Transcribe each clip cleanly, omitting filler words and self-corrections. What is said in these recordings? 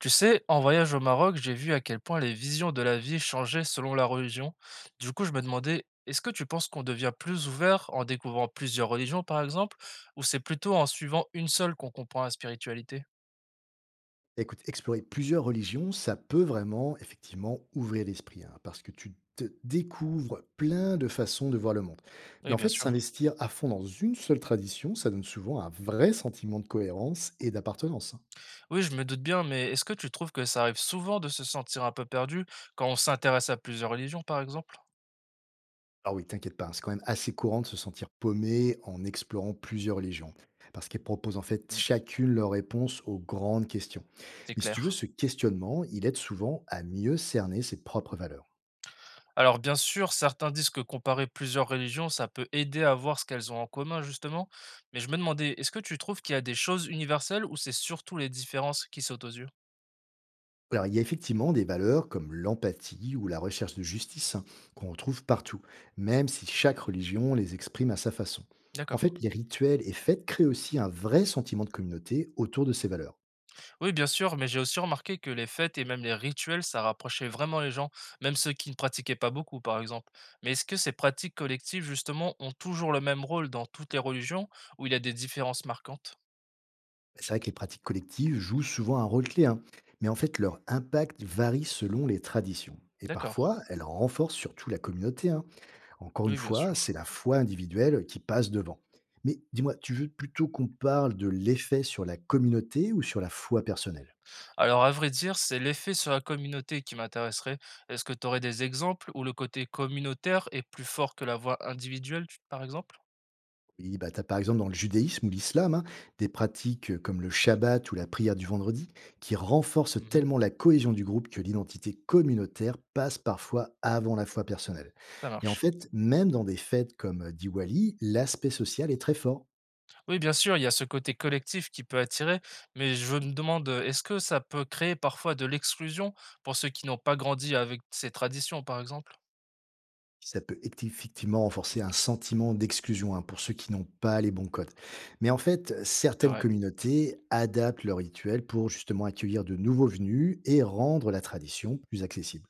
Tu sais, en voyage au Maroc, j'ai vu à quel point les visions de la vie changeaient selon la religion. Du coup, je me demandais, est-ce que tu penses qu'on devient plus ouvert en découvrant plusieurs religions, par exemple, ou c'est plutôt en suivant une seule qu'on comprend la spiritualité? Écoute, explorer plusieurs religions, ça peut vraiment, effectivement, ouvrir l'esprit, hein, parce que tu te découvres plein de façons de voir le monde. Mais Oui, en bien fait, sûr. s'investir à fond dans une seule tradition, ça donne souvent un vrai sentiment de cohérence et d'appartenance, hein. Oui, je me doute bien, mais est-ce que tu trouves que ça arrive souvent de se sentir un peu perdu quand on s'intéresse à plusieurs religions, par exemple? Alors oui, t'inquiète pas, hein, c'est quand même assez courant de se sentir paumé en explorant plusieurs religions, parce qu'elles proposent en fait Hmm, chacune leur réponse aux grandes questions. c'est Mais si tu veux, clair. ce questionnement, il aide souvent à mieux cerner ses propres valeurs. Alors bien sûr, certains disent que comparer plusieurs religions, ça peut aider à voir ce qu'elles ont en commun justement, mais je me demandais, est-ce que tu trouves qu'il y a des choses universelles ou c'est surtout les différences qui sautent aux yeux? Alors, il y a effectivement des valeurs comme l'empathie ou la recherche de justice, hein, qu'on retrouve partout, même si chaque religion les exprime à sa façon. En D'accord. fait, les rituels et fêtes créent aussi un vrai sentiment de communauté autour de ces valeurs. Oui, bien sûr, mais j'ai aussi remarqué que les fêtes et même les rituels, ça rapprochait vraiment les gens, même ceux qui ne pratiquaient pas beaucoup, par exemple. Mais est-ce que ces pratiques collectives, justement, ont toujours le même rôle dans toutes les religions, ou il y a des différences marquantes? C'est vrai que les pratiques collectives jouent souvent un rôle clé, hein, mais en fait, leur impact varie selon les traditions. Et D'accord. parfois, elles renforcent surtout la communauté, hein. Encore une Oui, bien fois, sûr. c'est la foi individuelle qui passe devant. Mais dis-moi, tu veux plutôt qu'on parle de l'effet sur la communauté ou sur la foi personnelle? Alors, à vrai dire, c'est l'effet sur la communauté qui m'intéresserait. Est-ce que tu aurais des exemples où le côté communautaire est plus fort que la voix individuelle, par exemple? Oui, bah, tu as par exemple dans le judaïsme ou l'islam, hein, des pratiques comme le Shabbat ou la prière du vendredi qui renforcent Mhm. tellement la cohésion du groupe que l'identité communautaire passe parfois avant la foi personnelle. Ça Et en marche. fait, même dans des fêtes comme Diwali, l'aspect social est très fort. Oui, bien sûr, il y a ce côté collectif qui peut attirer, mais je me demande, est-ce que ça peut créer parfois de l'exclusion pour ceux qui n'ont pas grandi avec ces traditions, par exemple? Ça peut effectivement renforcer un sentiment d'exclusion, hein, pour ceux qui n'ont pas les bons codes. Mais en fait, C'est certaines vrai. communautés adaptent leurs rituels pour justement accueillir de nouveaux venus et rendre la tradition plus accessible.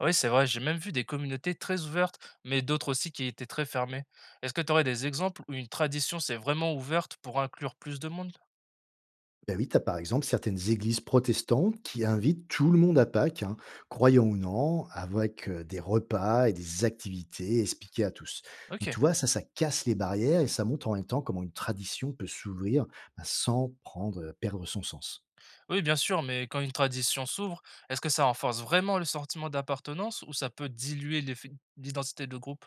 Oui, c'est vrai, j'ai même vu des communautés très ouvertes, mais d'autres aussi qui étaient très fermées. Est-ce que tu aurais des exemples où une tradition s'est vraiment ouverte pour inclure plus de monde? Ben oui, tu as par exemple certaines églises protestantes qui invitent tout le monde à Pâques, hein, croyant ou non, avec des repas et des activités expliquées à tous. Donc Ok. tu vois, ça casse les barrières et ça montre en même temps comment une tradition peut s'ouvrir, ben, sans perdre son sens. Oui, bien sûr, mais quand une tradition s'ouvre, est-ce que ça renforce vraiment le sentiment d'appartenance ou ça peut diluer l'identité de groupe?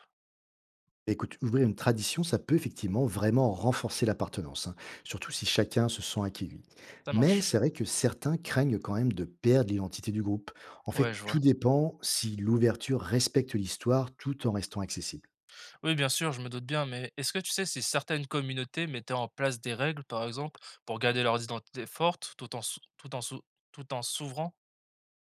Écoute, ouvrir une tradition, ça peut effectivement vraiment renforcer l'appartenance, hein, surtout si chacun se sent accueilli. Ça Mais marche. c'est vrai que certains craignent quand même de perdre l'identité du groupe. En Ouais, fait, je vois. tout dépend si l'ouverture respecte l'histoire tout en restant accessible. Oui, bien sûr, je me doute bien, mais est-ce que tu sais si certaines communautés mettaient en place des règles, par exemple, pour garder leur identité forte tout en s'ouvrant?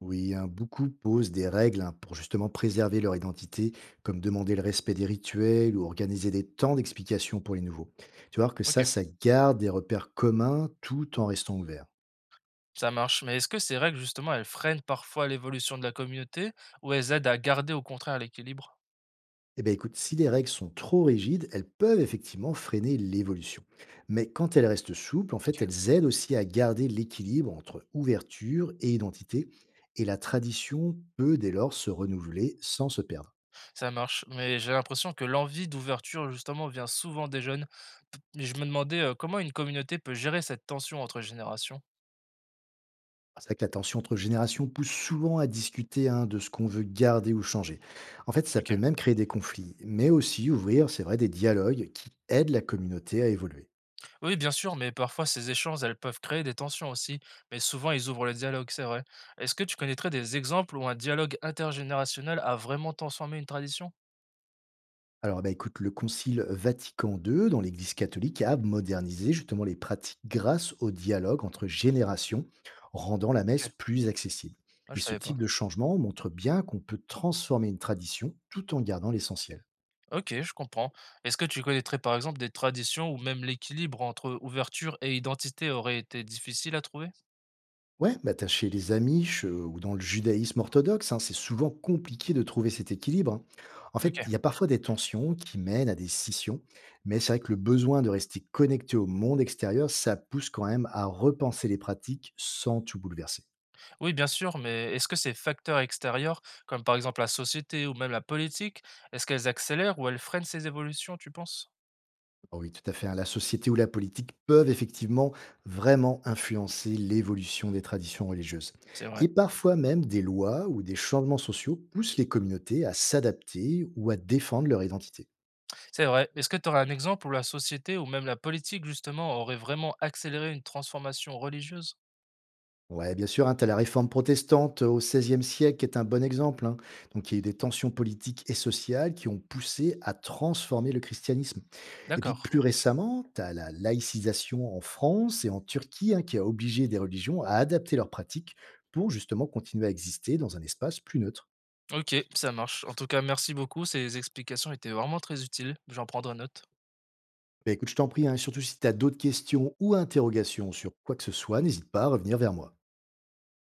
Oui, hein, beaucoup posent des règles, hein, pour justement préserver leur identité, comme demander le respect des rituels ou organiser des temps d'explication pour les nouveaux. Tu vas voir que Ok, ça garde des repères communs tout en restant ouvert. ça marche. Mais est-ce que ces règles, justement, elles freinent parfois l'évolution de la communauté ou elles aident à garder au contraire l'équilibre? Eh bien, écoute, si les règles sont trop rigides, elles peuvent effectivement freiner l'évolution. Mais quand elles restent souples, en fait, Ok. elles aident aussi à garder l'équilibre entre ouverture et identité. Et la tradition peut dès lors se renouveler sans se perdre. Ça marche, mais j'ai l'impression que l'envie d'ouverture, justement, vient souvent des jeunes. Mais je me demandais comment une communauté peut gérer cette tension entre générations. C'est vrai que la tension entre générations pousse souvent à discuter, hein, de ce qu'on veut garder ou changer. En fait, ça peut Ok. même créer des conflits, mais aussi ouvrir, c'est vrai, des dialogues qui aident la communauté à évoluer. Oui, bien sûr, mais parfois ces échanges, elles peuvent créer des tensions aussi. Mais souvent, ils ouvrent le dialogue, c'est vrai. Est-ce que tu connaîtrais des exemples où un dialogue intergénérationnel a vraiment transformé une tradition? Alors, bah, écoute, le Concile Vatican II dans l'Église catholique a modernisé justement les pratiques grâce au dialogue entre générations, rendant la Ok. messe plus accessible. Ah, Et je ce savais pas. type de changement montre bien qu'on peut transformer une tradition tout en gardant l'essentiel. Ok, je comprends. Est-ce que tu connaîtrais par exemple des traditions où même l'équilibre entre ouverture et identité aurait été difficile à trouver? Ouais, bah t'as chez les Amish ou dans le judaïsme orthodoxe, hein, c'est souvent compliqué de trouver cet équilibre, hein. En fait, Ok. il y a parfois des tensions qui mènent à des scissions, mais c'est vrai que le besoin de rester connecté au monde extérieur, ça pousse quand même à repenser les pratiques sans tout bouleverser. Oui, bien sûr, mais est-ce que ces facteurs extérieurs, comme par exemple la société ou même la politique, est-ce qu'elles accélèrent ou elles freinent ces évolutions, tu penses? Ah oui, tout à fait, hein. La société ou la politique peuvent effectivement vraiment influencer l'évolution des traditions religieuses. C'est vrai. Et parfois même des lois ou des changements sociaux poussent les communautés à s'adapter ou à défendre leur identité. C'est vrai. Est-ce que tu aurais un exemple où la société ou même la politique, justement, aurait vraiment accéléré une transformation religieuse? Ouais, bien sûr, hein, tu as la réforme protestante au XVIe siècle qui est un bon exemple, hein. Donc, il y a eu des tensions politiques et sociales qui ont poussé à transformer le christianisme. Et puis, D'accord. plus récemment, tu as la laïcisation en France et en Turquie, hein, qui a obligé des religions à adapter leurs pratiques pour justement continuer à exister dans un espace plus neutre. Ok, ça marche. En tout cas, merci beaucoup. Ces explications étaient vraiment très utiles. J'en prendrai note. Bah, écoute, je t'en prie, hein, surtout si tu as d'autres questions ou interrogations sur quoi que ce soit, n'hésite pas à revenir vers moi.